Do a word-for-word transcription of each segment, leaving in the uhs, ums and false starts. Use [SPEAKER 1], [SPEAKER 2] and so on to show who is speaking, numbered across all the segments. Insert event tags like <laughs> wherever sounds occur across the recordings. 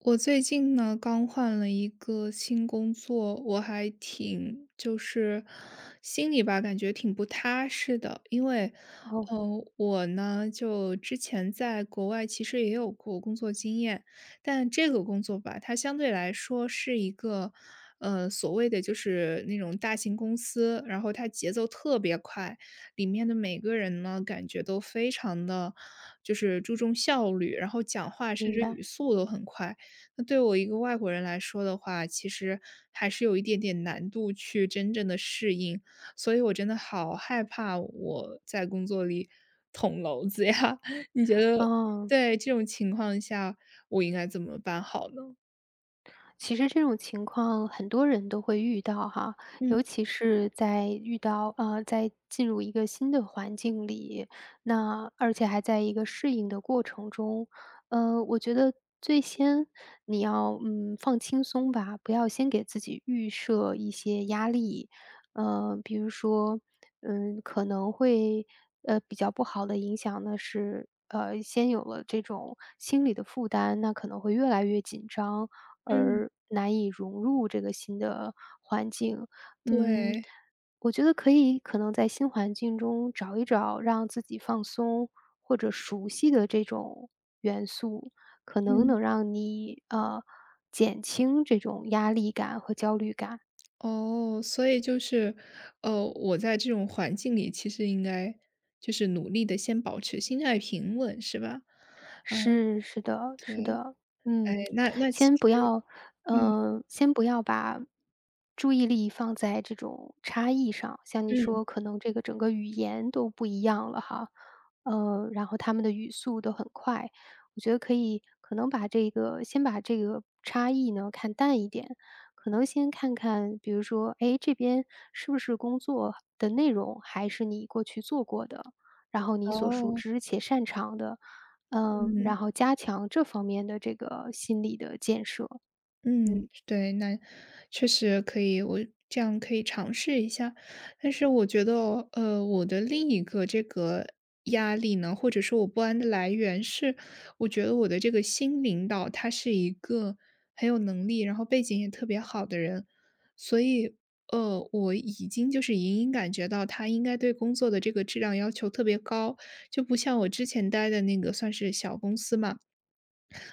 [SPEAKER 1] 我最近呢，刚换了一个新工作，我还挺就是心里吧，感觉挺不踏实的。因为，
[SPEAKER 2] 哦，
[SPEAKER 1] 呃，我呢，就之前在国外其实也有过工作经验，但这个工作吧，它相对来说是一个，呃，所谓的就是那种大型公司，然后它节奏特别快，里面的每个人呢，感觉都非常的就是注重效率，然后讲话甚
[SPEAKER 2] 明
[SPEAKER 1] 至
[SPEAKER 2] 白，
[SPEAKER 1] 语速都很快。那对我一个外国人来说的话，其实还是有一点点难度去真正的适应，所以我真的好害怕我在工作里捅娄子呀。<laughs> 你觉得，
[SPEAKER 2] 哦，
[SPEAKER 1] 在这种情况下，我应该怎么办好呢？
[SPEAKER 2] 其实这种情况很多人都会遇到哈。尤
[SPEAKER 1] 嗯。
[SPEAKER 2] 其是在遇到呃，在进入一个新的环境里，那而且还在一个适应的过程中。呃，我觉得最先你要嗯放轻松吧，不要先给自己预设一些压力，呃，比如说嗯可能会呃比较不好的影响呢是。呃，先有了这种心理的负担，那可能会越来越紧张，
[SPEAKER 1] 嗯。
[SPEAKER 2] 而难以融入这个新的环境。嗯，
[SPEAKER 1] 对。
[SPEAKER 2] 我觉得可以可能在新环境中找一找让自己放松或者熟悉的这种元素，可能
[SPEAKER 1] 嗯。
[SPEAKER 2] 能让你，呃，减轻这种压力感和焦虑感。
[SPEAKER 1] 哦，所以就是，呃，我在这种环境里，其实应该就是努力的先保持心态平稳，是吧？
[SPEAKER 2] 是是的
[SPEAKER 1] 对。
[SPEAKER 2] 是的，
[SPEAKER 1] 哎，
[SPEAKER 2] 嗯，
[SPEAKER 1] 那那其
[SPEAKER 2] 先不
[SPEAKER 1] 实，
[SPEAKER 2] 要
[SPEAKER 1] 嗯。
[SPEAKER 2] 嗯，先不要把注意力放在这种差异上，像你
[SPEAKER 1] 嗯。
[SPEAKER 2] 说可能这个整个语言都不一样了哈。呃，然后他们的语速都很快，我觉得可以可能把这个先把这个差异呢看淡一点，可能先看看，比如说，哎，这边是不是工作的内容还是你过去做过的，然后你所熟
[SPEAKER 1] 哦。
[SPEAKER 2] 知且擅长的。嗯，
[SPEAKER 1] 嗯。
[SPEAKER 2] 然后加强这方面的这个心理的建设。嗯。
[SPEAKER 1] 嗯，对，那确实可以，我这样可以尝试一下。但是我觉得，呃，我的另一个这个压力呢，或者说我不安的来源是，我觉得我的这个新领导他是一个很有能力，然后背景也特别好的人，所以，呃，我已经就是隐隐感觉到他应该对工作的这个质量要求特别高，就不像我之前待的那个算是小公司嘛。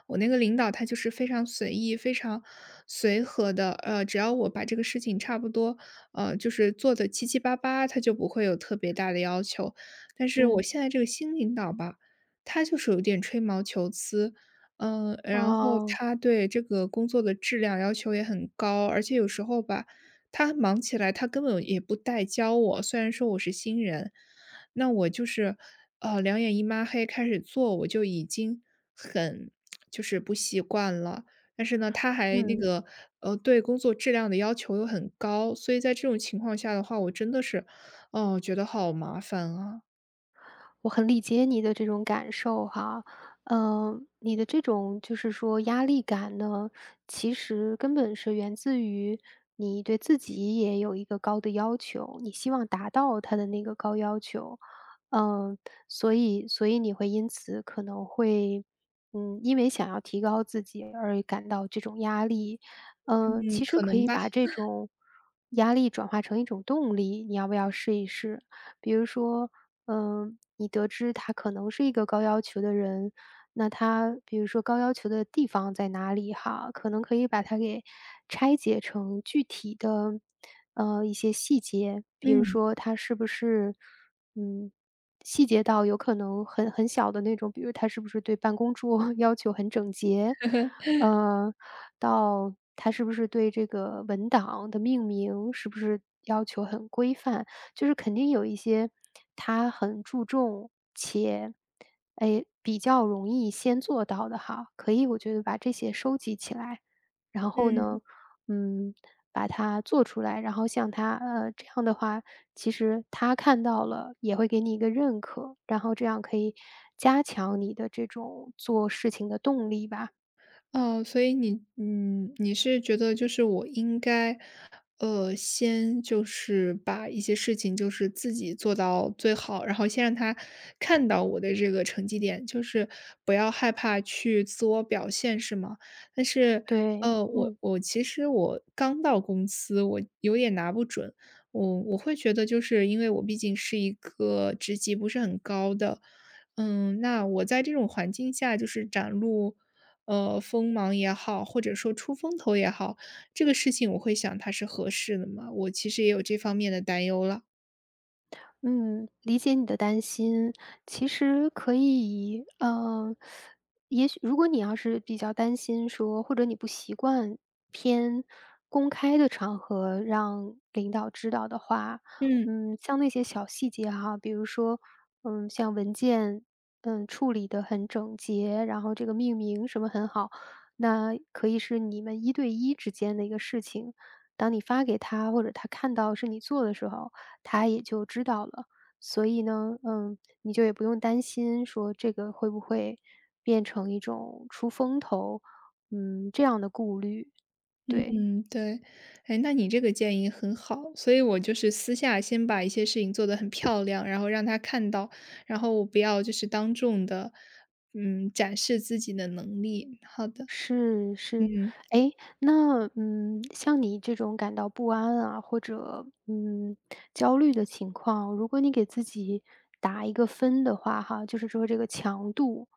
[SPEAKER 1] 我那个领导他就是非常随意、非常随和的，呃，只要我把这个事情差不多，呃，就是做的七七八八，他就不会有特别大的要求。但是我
[SPEAKER 2] 嗯，
[SPEAKER 1] 现在这个新领导吧，他就是有点吹毛求疵，嗯、然后嗯
[SPEAKER 2] 哦，
[SPEAKER 1] 他对这个工作的质量要求也很高，而且有时候吧，他忙起来他根本也不带教我，虽然说我是新人，那我就是呃两眼一抹黑开始做，我就已经。很。就是不习惯了。但是呢，他还那
[SPEAKER 2] 嗯。
[SPEAKER 1] 个，呃，对工作质量的要求又很高，所以在这种情况下的话，我真的是，哦，觉得好麻烦啊。
[SPEAKER 2] 我很理解你的这种感受哈。嗯，你的这种就是说压力感呢，其实根本是源自于你对自己也有一个高的要求，你希望达到他的那个高要求。嗯、所以所以你会因此可能会，嗯，因为想要提高自己而感到这种压力。呃，
[SPEAKER 1] 嗯，
[SPEAKER 2] 其实
[SPEAKER 1] 可
[SPEAKER 2] 可
[SPEAKER 1] 能
[SPEAKER 2] 以
[SPEAKER 1] 吧。
[SPEAKER 2] 把这种压力转化成一种动力，你要不要试一试？比如说，嗯，你得知他可能是一个高要求的人，那他比如说高要求的地方在哪里哈，可能可以把它给拆解成具体的，呃，一些细节，比如
[SPEAKER 1] 嗯。
[SPEAKER 2] 说他是不是，嗯，细节到有可能很很小的那种，比如他是不是对办公桌 <laughs> 要求很整洁。呃，到他是不是对这个文档的命名是不是要求很规范，就是肯定有一些他很注重且，哎，比较容易先做到的哈，可以我觉得把这些收集起来，然后
[SPEAKER 1] 嗯。
[SPEAKER 2] 呢，嗯，把它做出来，然后像他呃，这样的话，其实他看到了也会给你一个认可，然后这样可以加强你的这种做事情的动力吧。
[SPEAKER 1] 哦，所以你嗯，你是觉得就是我应该，呃，先就是把一些事情就是自己做到最好，然后先让他看到我的这个成绩点，就是不要害怕去自我表现，是吗？但是，
[SPEAKER 2] 对。
[SPEAKER 1] 呃，我
[SPEAKER 2] 嗯。
[SPEAKER 1] 我其实我刚到公司，我有点拿不准，我我会觉得就是因为我毕竟是一个职级不是很高的，嗯，那我在这种环境下就是展露。呃，锋芒也好，或者说出风头也好，这个事情我会想它是合适的吗？我其实也有这方面的担忧了。
[SPEAKER 2] 嗯，理解你的担心。其实可以，嗯，也许如果你要是比较担心说，或者你不习惯偏公开的场合让领导知道的话，
[SPEAKER 1] 嗯。
[SPEAKER 2] 嗯，像那些小细节哈，比如说，嗯，像文件，嗯，处理得很整洁，然后这个命名什么很好，那可以是你们一对一之间的一个事情。当你发给他，或者他看到是你做的时候，他也就知道了。所以呢，嗯，你就也不用担心说这个会不会变成一种出风头，嗯，这样的顾虑。对，
[SPEAKER 1] 嗯，对，哎，那你这个建议很好，所以我就是私下先把一些事情做得很漂亮，然后让他看到，然后我不要就是当众的，嗯，展示自己的能力。好的，
[SPEAKER 2] 是是。
[SPEAKER 1] 嗯。
[SPEAKER 2] 哎，那，嗯，像你这种感到不安啊，或者，嗯，焦虑的情况，如果你给自己打一个分的话哈，就是说这个强度，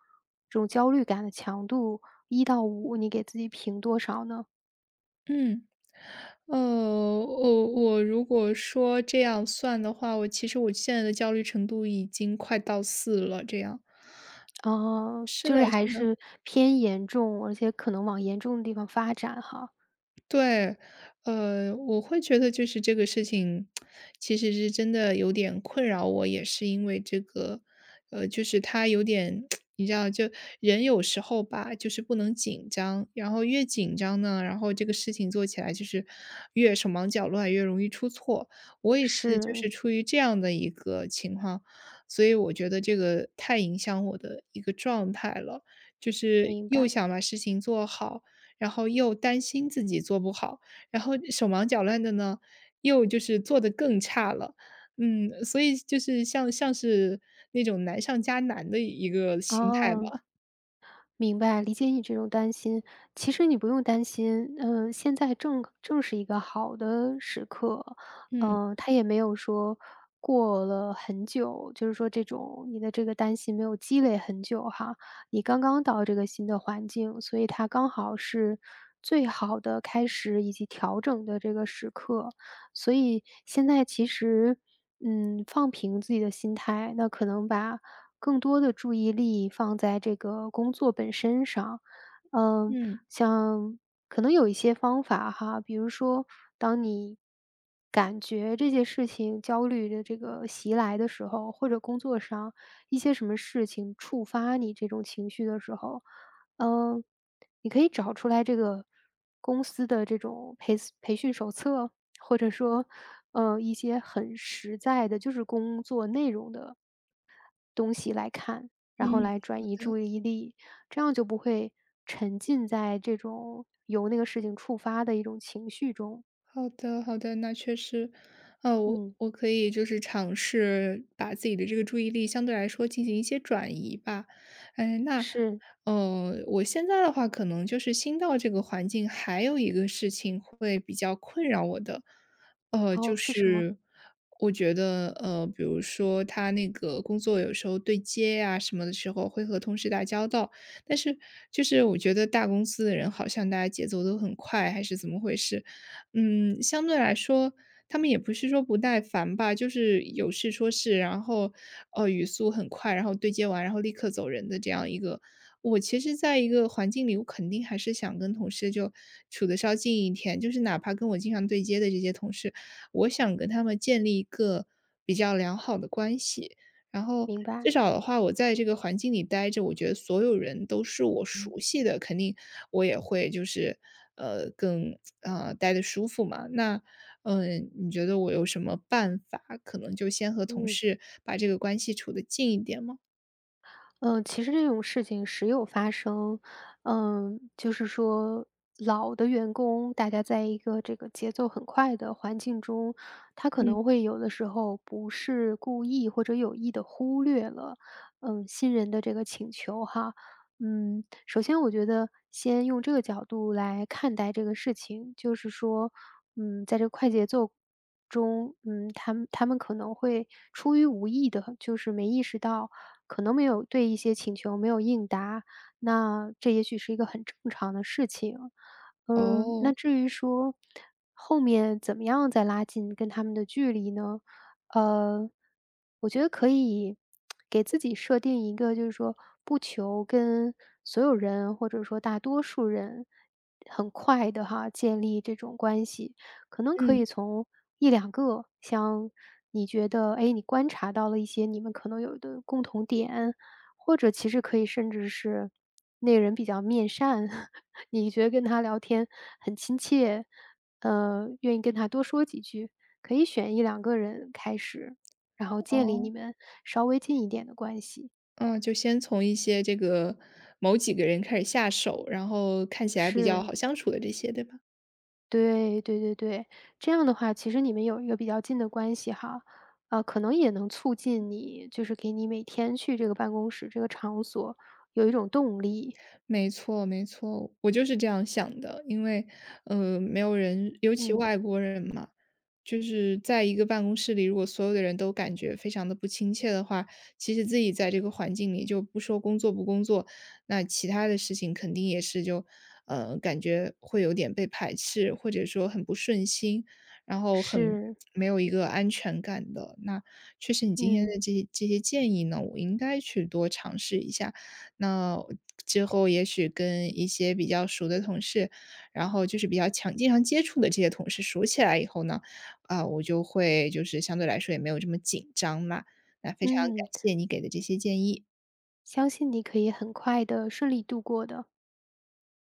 [SPEAKER 2] 这种焦虑感的强度一到五，你给自己评多少呢？
[SPEAKER 1] 嗯，呃，我我如果说这样算的话，我其实我现在的焦虑程度已经快到四了，这样。
[SPEAKER 2] 哦，
[SPEAKER 1] 是
[SPEAKER 2] 就
[SPEAKER 1] 的
[SPEAKER 2] 是还
[SPEAKER 1] 是的。
[SPEAKER 2] 是偏严重，而且可能往严重的地方发展哈。
[SPEAKER 1] 对，呃，我会觉得就是这个事情，其实是真的有点困扰我，也是因为这个，呃，就是他有点，<smacks lips> 你知道，就人有时候吧，就是不能紧张，然后越紧张呢，然后这个事情做起来就是越手忙脚乱，越容易出错。我也是就
[SPEAKER 2] 是，
[SPEAKER 1] 是出于这样的一个情况，所以我觉得这个太影响我的一个状态了，就是
[SPEAKER 2] 明
[SPEAKER 1] 又
[SPEAKER 2] 白。
[SPEAKER 1] 想把事情做好。然后又担心自己做不好，然后手忙脚乱的呢，又就是做的更差了。嗯，所以就是像像是那种难上加难的一个心态
[SPEAKER 2] 哦，
[SPEAKER 1] 吧。
[SPEAKER 2] 明白，理解你这种担心。其实你不用担心，嗯，现在正正是一个好的时刻，
[SPEAKER 1] 嗯。
[SPEAKER 2] 嗯，它也没有说过了很久，就是说这种你的这个担心没有积累很久哈。你刚刚到这个新的环境，所以它刚好是最好的开始以及调整的这个时刻。所以现在其实，嗯，放平自己的心态，那可能把更多的注意力放在这个工作本身上。嗯，
[SPEAKER 1] 嗯。
[SPEAKER 2] 像可能有一些方法哈，比如说，当你感觉这件事情焦虑的这个袭来的时候，或者工作上一些什么事情触发你这种情绪的时候，嗯，你可以找出来这个公司的这种培培训手册，或者说，呃，一些很实在的，就是工作内容的东西来看，然后
[SPEAKER 1] 嗯。
[SPEAKER 2] 来
[SPEAKER 1] 嗯。
[SPEAKER 2] 转移注意力，这样就不会沉浸在这种由那个事情触发的一种情绪中。
[SPEAKER 1] 好的，好的，那确实，呃，我
[SPEAKER 2] 嗯，
[SPEAKER 1] 我可以就是尝试把自己的这个注意力相对来说进行一些转移吧。哎，那，
[SPEAKER 2] 是，
[SPEAKER 1] 呃，我现在的话，可能就是新到这个环境，还有一个事情会比较困扰我的，呃，就
[SPEAKER 2] 哦，是什么？
[SPEAKER 1] 是我觉得，呃，比如说他那个工作有时候对接呀、什么的时候，会和同事打交道，但是就是我觉得大公司的人好像大家节奏都很快，还是怎么回事？嗯，相对来说，他们也不是说不耐烦吧，就是有事说事，然后，呃，语速很快，然后对接完，然后立刻走人的这样一个。我其实在一个环境里，我肯定还是想跟同事就处得稍近一点，就是哪怕跟我经常对接的这些同事，我想跟他们建立一个比较良好的关系。然后
[SPEAKER 2] 明
[SPEAKER 1] 至
[SPEAKER 2] 白。
[SPEAKER 1] 少的话，我在这个环境里待着，我觉得所有人都是我
[SPEAKER 2] 嗯。
[SPEAKER 1] 熟悉的，肯定我也会就是，呃，更呃待的舒服嘛。那，嗯、呃你觉得我有什么办法？可能就先和同
[SPEAKER 2] 嗯。
[SPEAKER 1] 事把这个关系处得近一点吗？
[SPEAKER 2] 嗯，其实这种事情时有发生。嗯，就是说老的员工，大家在一个这个节奏很快的环境中，他可
[SPEAKER 1] 嗯。
[SPEAKER 2] 能会有的时候不是故意或者有意的忽略了，嗯，新人的这个请求哈。嗯，首先我觉得先用这个角度来看待这个事情，就是说，嗯，在这个快节奏中，嗯，他们他们可能会出于无意的，就是没意识到可能没有对一些请求没有应答，那这也许是一个很正常的事情。嗯，
[SPEAKER 1] 哦。
[SPEAKER 2] 那至于说后面怎么样再拉近跟他们的距离呢？呃，我觉得可以给自己设定一个，就是说不求跟所有人或者说大多数人很快的哈建立这种关系，可能可
[SPEAKER 1] 嗯。
[SPEAKER 2] 以从一两个，像你觉得，哎，你观察到了一些你们可能有的共同点，或者其实可以甚至是那个人比较面善，<laughs> 你觉得跟他聊天很亲切。呃，愿意跟他多说几句，可以选一两个人开始，然后建立你
[SPEAKER 1] 哦。
[SPEAKER 2] 们稍微近一点的关系，
[SPEAKER 1] 嗯，就先从一些这个某几个人开始下手，然后看起来比较
[SPEAKER 2] 是
[SPEAKER 1] 好相处的这些，对吧？
[SPEAKER 2] 对对对对，这样的话，其实你们有一个比较近的关系哈。呃，可能也能促进你，就是给你每天去这个办公室这个场所有一种动力。
[SPEAKER 1] 没错，没错，我就是这样想的。因为，呃，没有人，尤其
[SPEAKER 2] 嗯，
[SPEAKER 1] 外国人嘛，就是在一个办公室里，如果所有的人都感觉非常的不亲切的话，其实自己在这个环境里就不说工作不工作，那其他的事情肯定也是就，呃，感觉会有点被排斥，或者说很不顺心，然后很
[SPEAKER 2] 是，
[SPEAKER 1] 没有一个安全感的。那确实，你今天
[SPEAKER 2] 嗯
[SPEAKER 1] 的这些这些建议呢，我应该去多尝试一下。那之后也许跟一些比较熟的同事，然后就是比较强经常接触的这些同事熟起来以后呢，啊，我就会就是相对来说也没有这么紧张嘛，那非常感
[SPEAKER 2] 嗯，
[SPEAKER 1] 谢你给的这些建议。
[SPEAKER 2] 相信你可以很快的顺利度过的。